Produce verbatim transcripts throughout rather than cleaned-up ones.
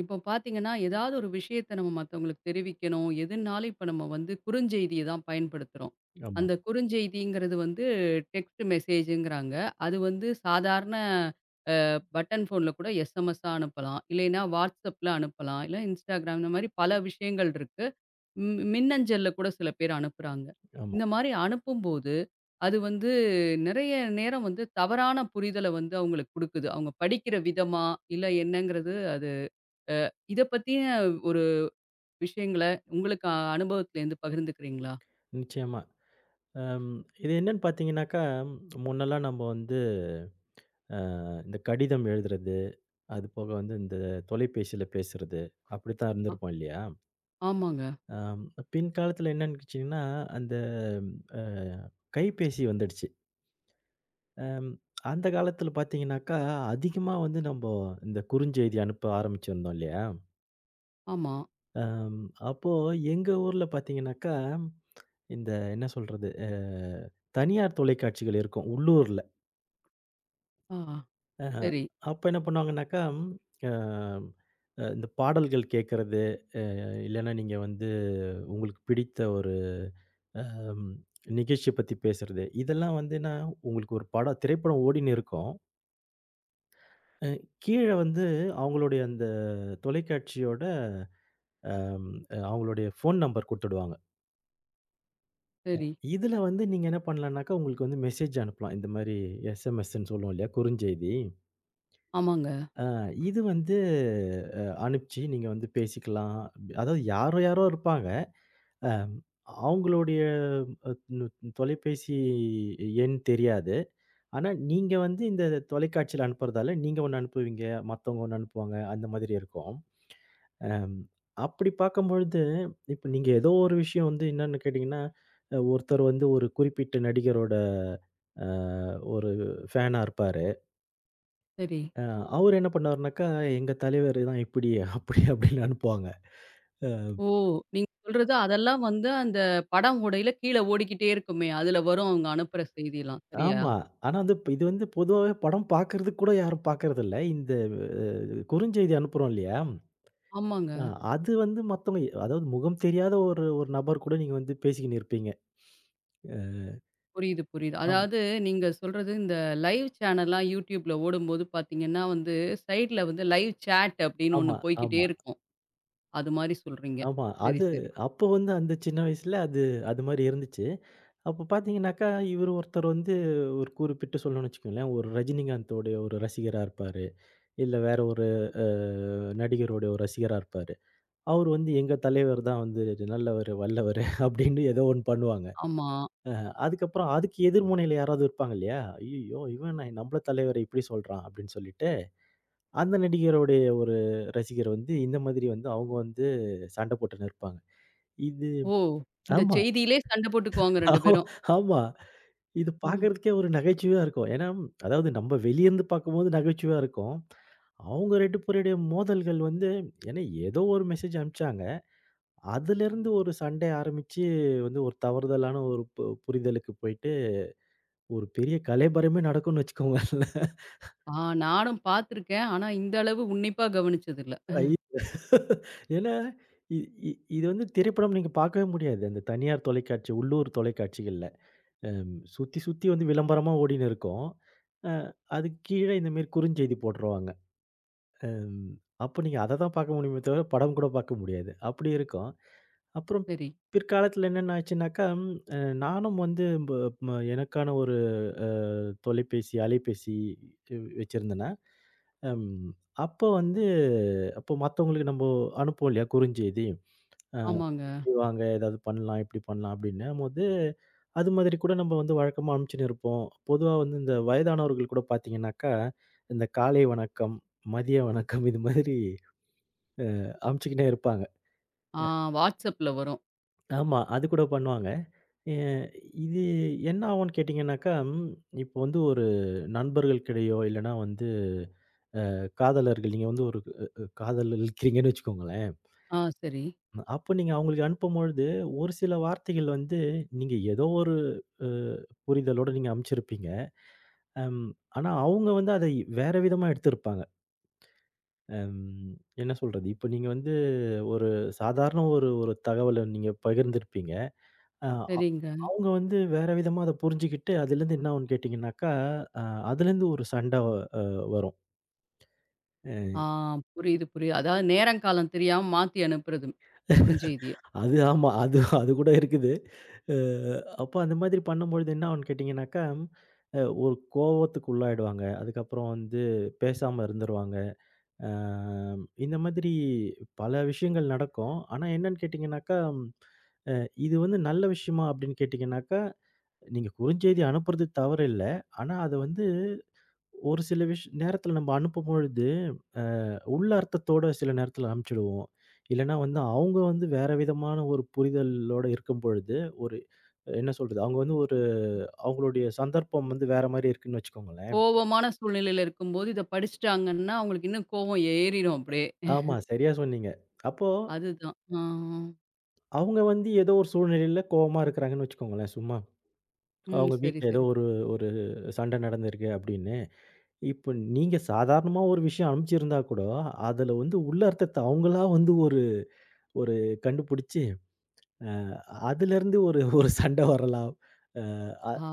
இப்போ பார்த்தீங்கன்னா, ஏதாவது ஒரு விஷயத்த நம்ம மத்தவங்களுக்கு தெரிவிக்கணும். எதுனாலும் இப்ப நம்ம வந்து குறுஞ்செய்திய தான் பயன்படுத்துறோம். ம். ஆமா, அந்த குறுஞ்செய்திங்கிறது வந்து டெக்ஸ்ட் மெசேஜ்ங்கிறாங்க. அது வந்து சாதாரண பட்டன் ஃபோன்ல கூட எஸ்எம்எஸ்ஸா அனுப்பலாம். இல்லைன்னா WhatsAppல அனுப்பலாம். இல்ல Instagram இந்த மாரி பல விஷயங்கள் இருக்கு. ம் மின்னஞ்சல்ல கூட சில பேர் அனுப்புறாங்க. ஆமா. இந்த மாரி அனுப்பும்போது, அது வந்து நிறைய நேரம் வந்து தவறான புரிதல வந்து அவங்களுக்கு குடுக்குது. அவங்க படிக்கிற விதமா, இல்ல என்னங்கிறது அது இத பத்திய ஒரு விஷயங்கள உங்களுக்கு அ அனுபவத்துலேருந்து பகிர்ந்துக்கிறீங்களா? நிச்சயமா. அம் இது என்னன்னு பார்த்தீங்கன்னாக்கா, முன்னெல்லாம் நம்ம வந்து அ இந்த கடிதம் எழுதுறது, அதுபோக வந்து இந்த தொலைபேசியில பேசுறது, அப்படித்தான் அ இருந்திருப்போம் இல்லையா? ஆமாங்க. அம் பின்காலத்தில என்ன நிகழ்ச்சிங்கன்னா, அந்த அ கைபேசி வந்துடுச்சு. அம் அந்த காலத்தில பார்த்தீங்கன்னாக்கா, அதிகமா வந்து நம்ப இந்த குறுஞ்செய்தி அனுப்ப ஆரம்பிச்சிருந்தோம் இல்லையா? ஆமா. அம் அப்போ எங்க ஊர்ல பார்த்தீங்கன்னாக்கா இந்த என்ன சொல்றது? அ தனியார் தொலைக்காட்சிகள் இருக்கும் உள்ளூர்ல. ஆ. அ சரி, அப்ப என்ன பண்ணுவாங்கன்னாக்கா, அ அ இந்த பாடல்கள் கேட்கறது, அ இல்லன்னா நீங்க வந்து உங்களுக்கு பிடித்த ஒரு அம் நிகழ்ச்சிய பத்தி பேசுறது. இதெல்லாம் வந்துன்னா உங்களுக்கு ஒரு படம் திரைப்படம் ஓடின்னு இருக்கும். அ கீழ வந்து அவங்களுடைய அந்த தொலைக்காட்சியோட அம் அ அவங்களுடைய ஃபோன் நம்பர் குடுத்துடுவாங்க. சரி. இதுல வந்து நீங்க என்ன பண்ணலாம்னாக்கா, உங்களுக்கு வந்து மெசேஜ் அனுப்பலாம். இந்த மாரி எஸ்எம்எஸ்ன்னு சொல்லுவோம் இல்லையா? குறுஞ்செய்தி. ஆமாங்க. அ இது வந்து அ அனுப்பிச்சு நீங்க வந்து பேசிக்கலாம். அதாவது யாரோ யாரோ இருப்பாங்க. அ அவங்களுடைய அ நு தொலைபேசி எண் தெரியாது. ஆனா, நீங்க வந்து இந்த தொலைக்காட்சியில அனுப்புறதால, நீங்க ஒண்ணு அனுப்புவீங்க, மத்தவங்க ஒண்ணு அனுப்புவாங்க. அந்த மாதிரி இருக்கும். அம் அப்படி பார்க்கும்பொழுது, இப்ப நீங்க ஏதோ ஒரு விஷயம் வந்து என்னன்னு கேட்டீங்கன்னா, அ ஒருத்தர் வந்து ஒரு குறிப்பிட்ட நடிகரோட அ ஒரு ஃபேனா இருப்பாரு. சரி. அ அவரு என்ன பண்ணுவாருனாக்கா, எங்க தலைவர் தான் இப்படி, அப்படி அப்படின்னு அனுப்புவாங்க. ஓ! நீங்க சொல்றது அதெல்லாம் வந்து அந்த படம் ஓடையில கீழ ஓடிக்கிட்டே இருக்குமே! அதுல வரும் அவங்க அனுப்புற செய்திலாம். சரியா? ஆமா. ஆனா வந்து இப்ப இது வந்து பொதுவாவே படம் பார்க்கறதுக்கு கூட யாரும் பார்க்கறதில்ல. இந்த அ குறுஞ்செய்தி அனுப்புறோம் இல்லையா? ஆமாங்க. அ அது வந்து மத்தவங்க அதாவது முகம் தெரியாத ஒரு ஒரு நபர் கூட நீங்க வந்து பேசிக்கின்னு இருப்பீங்க. அ புரியுது, புரியுது. ஆம் அதாவது நீங்க சொல்றது இந்த லைவ் சேனல்லாம் YouTubeல ஓடும்போது பார்த்தீங்கன்னா வந்து, சைட்ல வந்து லைவ் சேட் அப்டின்னு ஆமா, ஒண்ணு போய்க்கிட்டே ஆமா. இருக்கும். அது மாரி சொல்றீங்க. ஆமா. சரி, அது சரி. அப்போ வந்து அந்த சின்ன வயசுல அது அது மாரி இருந்துச்சு. அப்ப பார்த்தீங்கன்னாக்கா, இவரு ஒருத்தர் வந்து ஒரு குறிப்பிட்டு சொல்லணும்னு வச்சுக்கோங்களேன், ஒரு ரஜினிகாந்தோடைய ஒரு ரசிகரா இருப்பாரு. இல்ல வேற ஒரு அ நடிகருடைய ஒரு ரசிகரா இருப்பாரு. அவரு வந்து எங்க தலைவர் தான் வந்து நல்லவரு, வல்லவரு அப்படின்னு ஏதோ ஒண்ணு பண்ணுவாங்க. ஆமா. அதுக்கப்புறம் அதுக்கு எதிர்முனையில யாராவது இருப்பாங்க இல்லையா? "ஐய்யய்யோ! இவன் ந நம்மள தலைவர இப்படி சொல்றான்" அப்படின்னு சொல்லிட்டு, அந்த நடிகருடைய ஒரு ரசிகர் வந்து இந்த மாதிரி வந்து அவங்க வந்து சண்டை போட்டுன்னு இருப்பாங்க. இது ஓ! இந்த ஆமா. செய்தியிலே சண்டை போட்டுக்குவாங்க ரெண்டு ஆமா, பேரும். ஆமா. இது ம். பார்க்கறதுக்கே ஒரு நகைச்சுவையா இருக்கும். ஏன்னா, அதாவது நம்ம வெளியருந்து பார்க்கும்போது நகைச்சுவையா இருக்கும். அவங்க இரண்டு பேருடைய மோதல்கள் வந்து ஏன்னா ஏதோ ஒரு மெசேஜ் அனுப்பிச்சாங்க. அதுலருந்து ஒரு சண்டை ஆரம்பிச்சு வந்து ஒரு தவறுதலான ஒரு பு புரிதலுக்கு போயிட்டு ஒரு பெரிய கலவரமே நடக்கும்னு வச்சுக்கோங்களேன். ஆ, நானும் பார்த்துருக்கேன். ஆனா இந்த அளவு உன்னிப்பா கவனிச்சதில்ல. ஐயோ! ஏன்னா இ இ இது வந்து திரைப்படம் நீங்க பார்க்கவே முடியாது. அந்த தனியார் தொலைக்காட்சி உள்ளூர் தொலைக்காட்சிகள்ல. அம் சுத்தி, சுத்தி வந்து விளம்பரமா ஓடின்னு இருக்கும். அ அதுக்கு கீழ இந்த மாரி குறுஞ்செய்தி போட்டுருவாங்க. அம் அப்ப நீங்க அத தான் பார்க்க முடியுமே தவிர, படம் கூட பார்க்க முடியாது. அப்படி இருக்கும். அப்புறம் சரி. பிற்காலத்துல என்னென்ன ஆச்சுன்னாக்கா, ம் அ நானும் வந்து ப ம எனக்கான ஒரு அ தொலைபேசி, அலைபேசி வ் வச்சிருந்தேனா, அம் அப்போ வந்து அப்போ மத்தவங்களுக்கு நம்போ அனுப்புவோம் இல்லையா குறுஞ்செய்தி? அ ஆமாங்க. இப்படி வாங்க, ஏதாவது பண்ணலாம், இப்படி பண்ணலாம் அப்படின்னும்போது, அது மாதிரி கூட நம்ம வந்து வழக்கமா அனுப்பிச்சுன்னு இருப்போம். பொதுவா வந்து இந்த வயதானவர்கள் கூட பார்த்தீங்கன்னாக்கா, இந்த காலை வணக்கம், மதிய வணக்கம் இது மாதிரி அனுப்பிச்சுக்கின்னே இருப்பாங்க. ஆ, WhatsAppல வரும். ஆமா. அது கூட பண்ணுவாங்க. எ இது என்ன ஆகும்ன்னு கேட்டீங்கன்னாக்கா, ம் இப்போ வந்து ஒரு நண்பர்களுக்கிடையோ இல்லைன்னா வந்து அ, காதலர்கள் நீங்க வந்து ஒரு அ அ காதலில் இருக்கிறீங்கன்னு வச்சுக்கோங்களேன். ஆ, சரி. அப்ப நீங்க அவங்களுக்கு அனுப்பும்பொழுது, ஒரு சில வார்த்தைகள் வந்து நீங்க ஏதோ ஒரு அ புரிதலோட நீங்க அனுப்பிச்சிருப்பீங்க. அம் ஆனா அவங்க வந்து அதை வேற விதமா எடுத்திருப்பாங்க. அம் என்ன சொல்றது? இப்ப நீங்க வந்து ஒரு சாதாரண ஒரு ஒரு தகவல நீங்க பகிர்ந்திருப்பீங்க. அஹ், அ சரிங்க. அவங்க வந்து வேற விதமா அத புரிஞ்சுகிட்டு, அதுலேருந்து என்ன ஆகும்னு கேட்டீங்கன்னாக்கா, அ அதுலேருந்து ஒரு சண்ட அ வரும். ஆ, புரியுது, புரியுது. அதாவது நேரம் காலம் தெரியாம மாத்தி அனுப்புறது அ. குறுஞ்செய்திய. அது ஆமா. அது அது கூட இருக்குது. அ அப்போ அந்த மாதிரி பண்ணும்பொழுது என்ன ஆகும்னு கேட்டீங்கன்னாக்கா, அ ஒரு கோவத்துக்கு உள்ளாயிடுவாங்க. அதுக்கப்புறம் வந்து பேசாம இருந்துருவாங்க. அ இந்த மாதிரி பல விஷயங்கள் நடக்கும். ஆனா என்னன்னு கேட்டீங்கன்னாக்கா, அ இது வந்து நல்ல விஷயமா அப்படின்னு கேட்டீங்கன்னாக்கா, நீங்க குறுஞ்செய்தி அனுப்புறது தவறு இல்ல. ஆனா அத வந்து ஒரு சில விஷ் நேரத்தில நம்ம அனுப்பும்பொழுது, அ உள்ள அர்த்தத்தோட சில நேரத்தில அனுப்பிச்சுடுவோம். இல்லன்னா வந்து அவங்க வந்து வேற விதமான ஒரு புரிதலோட இருக்கும்பொழுது, ஒரு அஹ், என்ன சொல்றது? அவங்க வந்து ஒரு அவங்களுடைய சந்தர்ப்பம் வந்து வேற மாரி இருக்குன்னு வச்சுக்கோங்களேன். கோவமான சூழ்நிலையில இருக்கும்போது இத படிச்சுட்டாங்கன்னா, அவங்களுக்கு இன்னும் கோவம் ஏறிரும் அப்படியே. ஆமா, சரியா சொன்னீங்க. அப்போ அதுதான். ஆ. அவங்க வந்து ஏதோ ஒரு சூழ்நிலையில கோவமா இருக்கிறாங்கன்னு வச்சுக்கோங்களேன் சும்மா. ம். அவங்க சரி, வீட்ல ஏதோ சரி. ஒரு ஒரு சண்டை நடந்திருக்கு அப்படின்னு. இப்ப நீங்க சாதாரணமா ஒரு விஷயம் அனுப்பிச்சிருந்தா கூட, அதுல வந்து உள்ள அர்த்தத்த அவங்களா வந்து ஒரு ஒரு கண்டுபிடிச்சு அ அதுலருந்து ஒரு ஒரு சண்டை வரலாம். அ அ ஆ,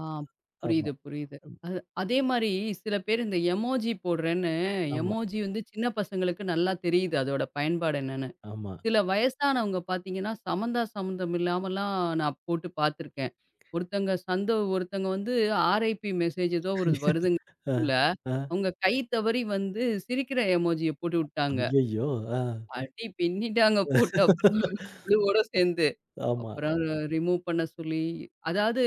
ஆமா, புரியுது, புரியுது. அது அதே மாரி சில பேர் இந்த எமோஜி போடுறேன்னு, ஆமா, எமோஜி வந்து சின்ன பசங்களுக்கு நல்லா தெரியுது அதோட பயன்பாடு என்னன்னு. ஆமா. சில வயசானவங்க பார்த்தீங்கன்னா, சம்மந்தா சம்மந்தம் இல்லாமலாம் நான் போட்டு பார்த்துருக்கேன். ஒருத்தங்க சந்தோ ஒருத்தங்க வந்து ஆர்ஐபி மெசேஜ் ஏதோ ஒரு வருதுங்க அ, ல அ, அவங்க கை தவறி வந்து சிரிக்கிற எமோஜிய போட்டு விட்டாங்க. ஐயய்யோ! அ. அடி பின்னிட்டாங்க போட்டு அப்புறம் குழுவோட சேர்ந்து. ஆமா, அப்புறம் ரிமூவ் பண்ண சொல்லி அதாவது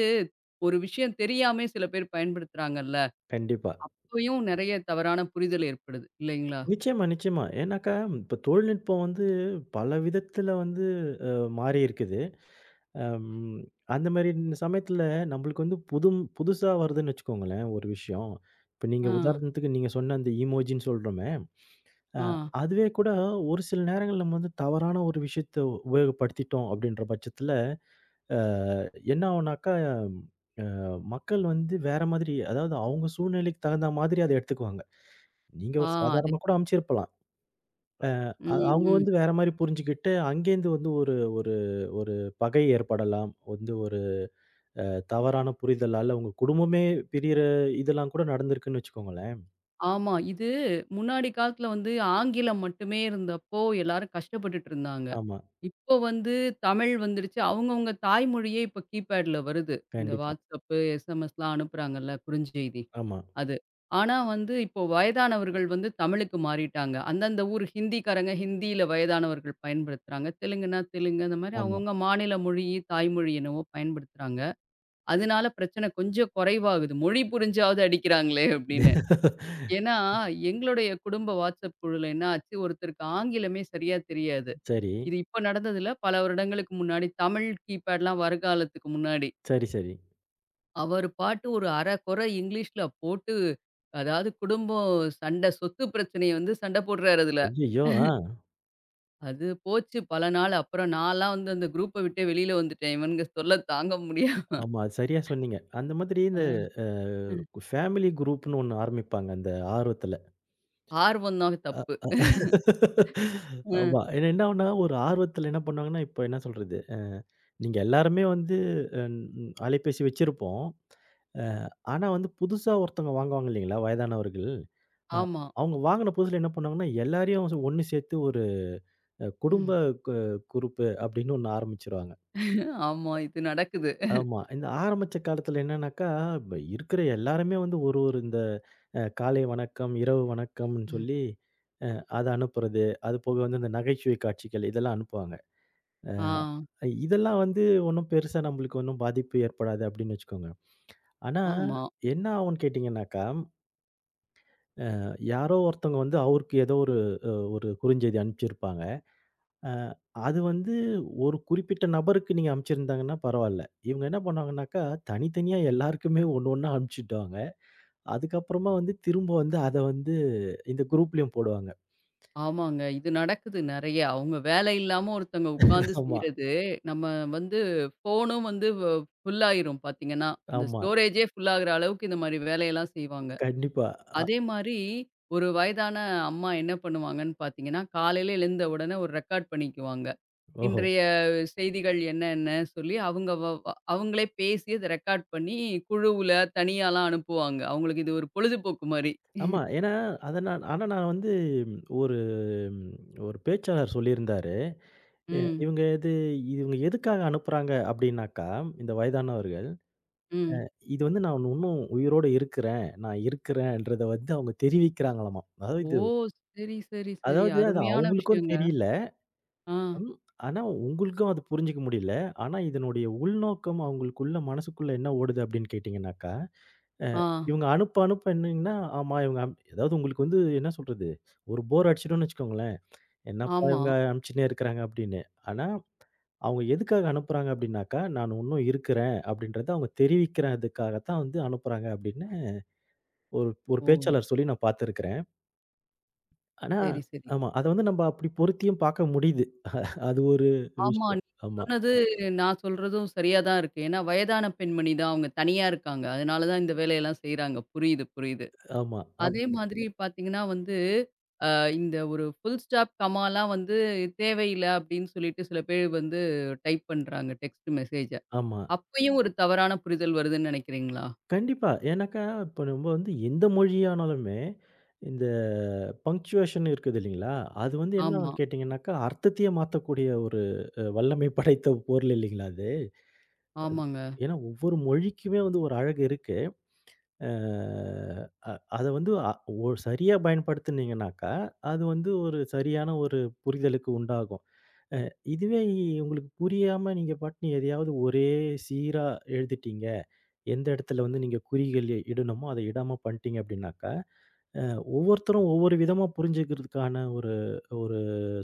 ஒரு விஷயம் தெரியாமயே சில பேர் பயன்படுத்துறாங்கல்ல. கண்டிப்பா. அப்பயும் நெறைய தவறான புரிதல் ஏற்படுது இல்லைங்களா? நிச்சயமா, நிச்சயமா. ஏன்னாக்கா, இப்ப தொழில்நுட்பம் வந்து பல விதத்துல வந்து அ மாறி இருக்குது. அம் அந்த மாரி சமயத்துல நம்மளுக்கு வந்து புதும் புதுசா வருதுன்னு வச்சுக்கோங்களேன், ஒரு விஷயம். இப்ப ஆ, நீங்க உதாரணத்துக்கு நீங்க சொன்ன அந்த இமோஜின்னு சொல்றோமே அ ஆ, அதுவே கூட ஒரு சில நேரங்கள்ல நம்ம வந்து தவறான ஒரு விஷயத்த உபயோகப்படுத்திட்டோம் அப்படின்ற பட்சத்துல, அ என்ன ஆகும்னாக்கா, அஹ் மக்கள் வந்து வேற மாதிரி அதாவது அவங்க சூழ்நிலைக்கு தகுந்த மாதிரி அத எடுத்துக்குவாங்க. நீங்க ஆ, ஒரு அது சாதாரணமா கூட அனுப்பிச்சிருக்கலாம். அ ம், அவங்க ம். வந்து வேற மாரி புரிஞ்சுகிட்டு, அங்கேருந்து வந்து ஒரு ஒரு ஒரு பகை ஏற்படலாம். வந்து ஒரு அ தவறான புரிதலால உங்க குடும்பமே பிரியற இதெல்லாம் கூட நடந்திருக்குன்னு வச்சுக்கோங்களேன். ஆமா. இது முன்னாடி காலத்துல வந்து ஆங்கிலம் மட்டுமே இருந்தப்போ எல்லாரும் கஷ்டப்பட்டுட்டு இருந்தாங்க. ஆமா. இப்போ வந்து தமிழ் வந்துருச்சு. அவங்கவங்க தாய்மொழியே இப்ப கீபேட்ல வருது. இந்த கண்டிப்பா. WhatsApp, எஸ்எம்எஸ்லாம் அனுப்புறாங்கல்ல குறுஞ்செய்தி. ஆமா, அது. ஆனா வந்து இப்போ வயதானவர்கள் வந்து தமிழுக்கு மாறிட்டாங்க. அந்தந்த ஊர் ஹிந்திக்காரங்க ஹிந்தியில வயதானவர்கள் பயன்படுத்துறாங்க. தெலுங்குனா தெலுங்கு அந்த மாரி ஆமா. அவங்கவங்க மாநில மொழி, தாய்மொழி என்னவோ பயன்படுத்துறாங்க. அதனால பிரச்சனை கொஞ்சம் குறைவாகுது. மொழி புரிஞ்சாவது அடிக்கிறாங்களே அப்படின்னு. ஏன்னா எங்களுடைய குடும்ப WhatsApp குழுல என்ன ஆச்சு ஒருத்தருக்கு ஆங்கிலமே சரியா தெரியாது. சரி, இது இப்ப நடந்ததில்ல. பல வருடங்களுக்கு முன்னாடி தமிழ் கீபேட்லாம் வருங்காலத்துக்கு முன்னாடி. சரி, சரி. அவர் பாட்டு ஒரு அரை கொறை இங்கிலீஷ்ல போட்டு, அதாவது குடும்பம் சண்டை, சொத்து பிரச்சனைய வந்து சண்டை போடுறாரு அதுல. ஐய்யய்யோ! ஆ. அது போச்சு பல நாள். அப்புறம் நான்லாம் வந்து அந்த குரூப்ப விட்டே வெளியில வந்துட்டேன். இவனுங்க தொல்ல தாங்க முடியா. ஆமா. அது சரியா சொன்னீங்க. அந்த மாதிரி ஆ. இந்த அ ம். ஃபேமிலி குரூப்ன்னு ஒண்ணு ஆரம்பிப்பாங்க, அந்த ஆர்வத்துல. ஆர்வம் தான் தப்பு. ம். ஆமா. ஏன்னா என்ன ஆகும்னா, ஒரு ஆர்வத்துல என்ன பண்ணுவாங்கன்னா, இப்ப என்ன சொல்றது? அ நீங்க எல்லாருமே வந்து அன் அலைபேசி வச்சிருப்போம். அ ஆனா வந்து புதுசா ஒருத்தவங்க வாங்குவாங்க இல்லைங்களா? வயதானவர்கள். அ ஆமா. அவங்க வாங்குன புதுசுல என்ன பண்ணுவாங்கன்னா, எல்லாரையும் ஒண்ணு சேர்த்து ஒரு அ குடும்ப ம். கு குரூப்பு அப்படின்னு ஒண்ணு ஆரம்பிச்சுருவாங்க. ஆமா. இது நடக்குது. ஆமா. இந்த ஆரம்பிச்ச காலத்துல என்னன்னாக்கா, ப இருக்கிற எல்லாருமே வந்து ஒரு ஒரு இந்த அ காலை வணக்கம், இரவு வணக்கம்னு ம். சொல்லி அ அத அனுப்புறது. அதுபோக வந்து இந்த நகைச்சுவை காட்சிகள் இதெல்லாம் அனுப்புவாங்க. ஆ. அஹ், இதெல்லாம் வந்து ஒண்ணும் பெருசா நம்மளுக்கு ஒண்ணும் பாதிப்பு ஏற்படாது அப்படின்னு வச்சுக்கோங்க. ஆனா ஆமா. என்ன ஆகும்னு கேட்டீங்கன்னாக்கா, அ யாரோ ஒருத்தவங்க வந்து அவருக்கு ஏதோ ஒரு அ ஒரு குறுஞ்செய்தி அனுப்பிச்சிருப்பாங்க. அ அது வந்து ஒரு குறிப்பிட்ட நபருக்கு நீங்க அனுப்பிச்சிருந்தாங்கன்னா பரவால்ல. இவங்க என்ன பண்ணுவாங்கன்னாக்கா, தனித்தனியா எல்லாருக்குமே ஒண்ணு ஒண்ணா அனுப்பிச்சுட்டாங்க. அதுக்கப்புறமா வந்து திரும்ப வந்து அத வந்து இந்த குரூப்லயும் போடுவாங்க. ஆமாங்க. இது நடக்குது நெறைய. அவங்க வேலை இல்லாம ஒருத்தவங்க உட்கார்ந்து ஆமா, செய்றது, நம்ம வந்து ஃபோனும் வந்து வ ஃபுல் ஆயிரும் பார்த்தீங்கன்னா. இந்த ஆமா. ஸ்டோரேஜே ஃபுல் ஆகுற அளவுக்கு இந்த மாரி வேலையெல்லாம் செய்வாங்க. கண்டிப்பா. அ அதே மாரி ஒரு வயதான அம்மா என்ன பண்ணுவாங்கன்னு பார்த்தீங்கன்னா, காலையில எழுந்த உடனே ஒரு ரெக்கார்ட் பண்ணிக்குவாங்க. ஓஹோ! இன்றைய செய்திகள் என்னென்ன சொல்லி அவங்க வ வ அவங்களே பேசி அத ரெக்கார்ட் பண்ணி குழுவுல, தனியாலாம் அனுப்புவாங்க. அவங்களுக்கு இது ஒரு பொழுதுபோக்கு மாரி. ஆமா. ஏன்னா, அத நான் ஆனா நான் வந்து ம், ஒரு ம், ஒரு பேச்சாளர் சொல்லியிருந்தாரு. எ ம், இவங்க இது இவங்க எதுக்காக அனுப்புறாங்க அப்டின்னாக்கா, இந்த வயதானவர்கள், ம். இது வந்து நான் இன்னும் உயிரோட இருக்கிறேன். நான் இருக்கிறேன்றத வந்து அவங்க தெரிவிக்கிறாங்களாமா. அதாவது ஓ! இது- சரி, சரி, சரி. அதாவது அது அருமையான அவங்களுக்கும் விஷயங்க. தெரியல. ஆ, ம். ஆனா, உங்களுக்கும் அது புரிஞ்சுக்க முடியல. ஆனா, இதனுடைய உள்நோக்கம் அவங்களுக்குள்ள மனசுக்குள்ள என்ன ஓடுது அப்படின்னு கேட்டீங்கன்னாக்கா, அ ஆ, இவங்க அனுப்ப அனுப்ப என்னங்கன்னா, ஆமா இவங்க அம் அதாவது உங்களுக்கு வந்து என்ன சொல்றது? ஒரு போர் அடிச்சிடும்னு வச்சுக்கோங்களேன். என்னப்பா ஆமா. இவங்க அனுப்பிச்சுன்னே இருக்கிறாங்க அப்படின்னு. ஆனா, அவங்க எதுக்காக அனுப்புறாங்க அப்படின்னாக்கா, நான் இன்னும் இருக்கிறேன் அப்படின்றத அவங்க தெரிவிக்கிறதுக்காக தான் வந்து அனுப்புறாங்க அப்படின்னு ஒரு ஒரு ஓ! பேச்சாளர் சொல்லி நான் பார்த்துருக்கிறேன். ஆனா சரி, சரி. ஆமா. அத வந்து நம்ம அப்படி பொருத்தியும் பார்க்க முடியுது. அது ஒரு ஆமா. விஷயம். நீங்க ஆமா, சொன்னது நான் சொல்றதும் சரியா தான் இருக்கு. ஏன்னா வயதான பெண்மணி தான் அவங்க தனியா இருக்காங்க. அதனால தான் இந்த வேலையெல்லாம் செய்றாங்க. புரியுது, புரியுது. ஆமா. அப் அதே மாதிரி பார்த்தீங்கன்னா வந்து, அ இந்த ஒரு ஃபுல் ஸ்டாப் கமாலாம் வந்து தேவையில்ல அப்படின்னு சொல்லிட்டு சில பேர் வந்து டைப் பண்றாங்க டெக்ஸ்ட் மெசேஜ. ஆமா. அப்பயும் ஒரு தவறான புரிதல் வருதுன்னு நினைக்கிறீங்களா? கண்டிப்பா. ஏன்னாக்கா, இப்ப நம்ம வந்து எந்த மொழியானாலுமே, இந்த பங்க்சுவேஷன் இருக்குது இல்லைங்களா? அது வந்து ஆமா, என்னான்னு கேட்டீங்கன்னாக்கா, அர்த்தத்தையே மாத்தக்கூடிய ஒரு அ வல்லமை படைத்த பொருள் இல்லைங்களா அது? ஆமாங்க. ஏன்னா, ஒவ்வொரு மொழிக்குமே வந்து ஒரு அழகு இருக்கு. அ அ அத வந்து அ ஒ சரியா பயன்படுத்துனீங்கன்னாக்கா, அது வந்து ஒரு சரியான ஒரு புரிதலுக்கு உண்டாகும். அ இதுவே உங்களுக்கு புரியாம நீங்க பாட்டுன்னு எதையாவது ஒரே சீரா எழுதிட்டீங்க எந்த இடத்துல வந்து நீங்க குறிகள் இ இடணுமோ, அத இடாம பண்ட்டீங்க அப்டின்னாக்கா, அ ஒவ்வொருத்தரும் ஒவ்வொரு விதமா புரிஞ்சுக்கிறதுக்கான ஒரு ஒரு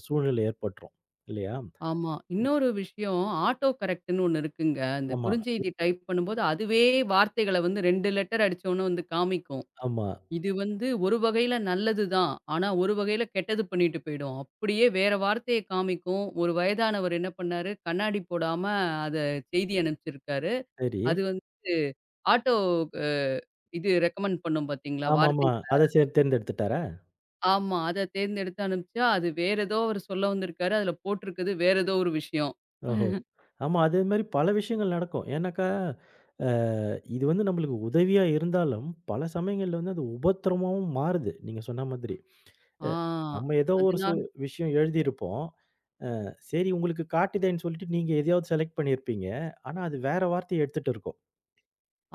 சூழ்நிலை ஏற்பட்டுரும். இல்லையா? ஆமா. இன்னொரு விஷயம் ஆட்டோ கரெக்ட்ன்னு ஒண்ணு இருக்குங்க. அந்த ஆமா. குறுஞ்செய்தி டைப் பண்ணும்போது, அதுவே வார்த்தைகள வந்து ரெண்டு லெட்டர் அடிச்சோனே வந்து காமிக்கும். ஆமா. இது வந்து ஒரு வகையில நல்லது தான். ஆனா, ஒரு வகையில கெட்டது பண்ணிட்டு போயிடும். அப்படியே வேற வார்த்தைய காமிக்கும். ஒரு வயதானவர் என்ன பண்ணாரு, கண்ணாடி போடாம அத செய்தி அனுப்பிச்சிருக்காரு. சரி. அது வந்து ஆட்டோ அ இது ரெக்கமெண்ட் பண்ணும் பார்த்தீங்களா, ஆமாமா. அத வார்த்தைகள். சே தேர்ந்தெடுத்துட்டாரா? ஆமா. அத தேர்ந்தெடுத்து அனுப்பிச்சா, அது வேற ஏதோ அவரு சொல்ல வந்திருக்காரு. அதுல போட்டிருக்குது வேற ஏதோ ஒரு விஷயம். ஓஹோ! ஆமா. அதே மாரி பல விஷயங்கள் நடக்கும். ஏன்னாக்கா, அ இது வந்து நம்மளுக்கு உதவியா இருந்தாலும், பல சமயங்கள்ல வந்து அது உபத்திரமாவும் மாறுது. நீங்க சொன்ன மாதிரி. ஆ. அ நம்ம ஏதோ ஒரு அதனால சூழ் விஷயம் எழுதியிருப்போம். சரி உங்களுக்கு காட்டுதேன்னு சொல்லிட்டு நீங்க எதையாவது செலக்ட் பண்ணியிருப்பீங்க. ஆனா, அது வேற வார்த்தைய எடுத்துட்டு இருக்கும்.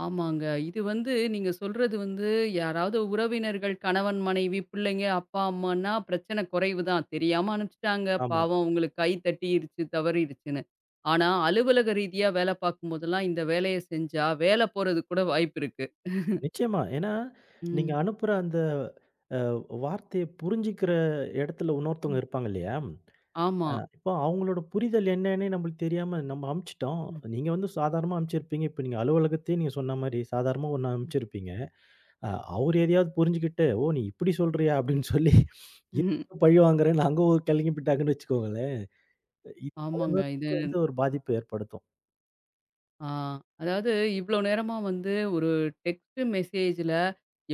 ஆமாங்க. இது வந்து நீங்க சொல்றது வந்து யாராவது உறவினர்கள், கணவன், மனைவி, பிள்ளைங்க, அப்பா, அம்மான்னா பிரச்சனை குறைவு தான். தெரியாம அனுப்பிச்சுட்டாங்க. ஆமா. பாவம் அவங்களுக்கு கை தட்டிருச்சு, தவறிருச்சுன்னு. ஆனா, அலுவலக ரீதியா வேலை பார்க்கும்போதெல்லாம் இந்த வேலைய செஞ்சா, வேலை போறதுக்கு கூட வாய்ப்பு இருக்கு. நிச்சயமா. ஏன்னா, நீங்க ம். அனுப்புற அந்த அ வார்த்தைய புரிஞ்சுக்கிற இடத்துல இன்னொருத்தவங்க ம். இருப்பாங்க இல்லையா? ஆமா. அ இப்போ அவங்களோட புரிதல் என்னன்னே நம்மளுக்கு தெரியாம நம்ம அனுப்பிச்சுட்டோம். நீங்க வந்து சாதாரணமா அனுப்பிச்சிருப்பீங்க. இப்ப நீங்க அலுவலகத்தையே நீங்க சொன்ன மாரி சாதாரணமா ஒண்ணு அனுப்பிச்சிருப்பீங்க. அ அவரு எதையாவது புரிஞ்சுகிட்டு, "ஓ! நீ இப்படி சொல்றியா?" அப்படின்னு சொல்லி ம். இவங்க பழி வாங்குறேன்னு அங்க ஒரு கிளம்பி விட்டாங்கன்னு வச்சுக்கோங்களேன். இது பல ஆமாங்க. இது விதத்துல வந்து ஒரு பாதிப்ப ஏற்படுத்தும். ஆ, அதாவது இவ்ளோ நேரமா வந்து ஒரு டெக்ஸ்ட் மெசேஜ்ல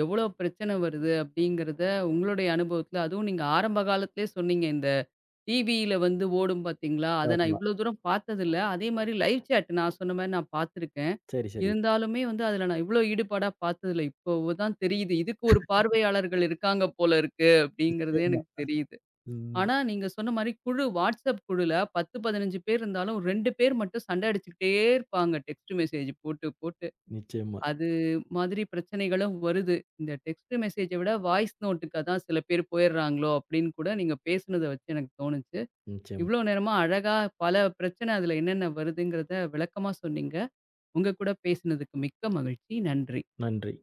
எவ்வளோ பிரச்சனை வருது அப்படிங்கிறத உங்களுடைய அனுபவத்தில, அதுவும் நீங்க ஆரம்ப காலத்திலேயே சொன்னீங்க இந்த டிவியில வந்து ஓடும் பார்த்தீங்களா? அத நான் ஆமா. இவ்ளோ தூரம் பார்த்ததில்ல. அதே மாரி லைவ் சேட் நான் சொன்ன மாரி நான் பார்த்துருக்கேன். சரி, சரி. இருந்தாலுமே வந்து அதில நான் இவ்ளோ ஈடுபாடா பார்த்ததில்ல. இப்போ தான் தெரியுது. இதுக்கு ஒரு பார்வையாளர்கள் இருக்காங்க போல இருக்கு அப்படிங்கிறதே நிச்சயமா. எனக்கு தெரியுது. ம். ஆனா நீங்க சொன்ன மாரி குழு WhatsApp குழுல பத்து, பதினஞ்சு பேர் இருந்தாலும் ரெண்டு பேர் மட்டும் சண்டை அடிச்சுக்கிட்டே இருப்பாங்க. டெக்ஸ்ட் மெசேஜ் போட்டு, போட்டு. நிச்சயமா, அது மாதிரி பிரச்சனைகளும் வருது. இந்த டெக்ஸ்ட் மெசேஜ விட வாய்ஸ் நோட்டுக்கு அதான் சில பேர் போயிடுறாங்களோ அப்படின்னு கூட நீங்க பேசுனத வச்சு எனக்கு தோணுச்சு. நிச்சயமா. இவ்வளோ நேரமா அழகா பல பிரச்சனை அதில என்னென்ன வருதுங்கிறத விளக்கமா சொன்னீங்க. உங்க கூட பேசினதுக்கு மிக்க மகிழ்ச்சி. நன்றி. நன்றி.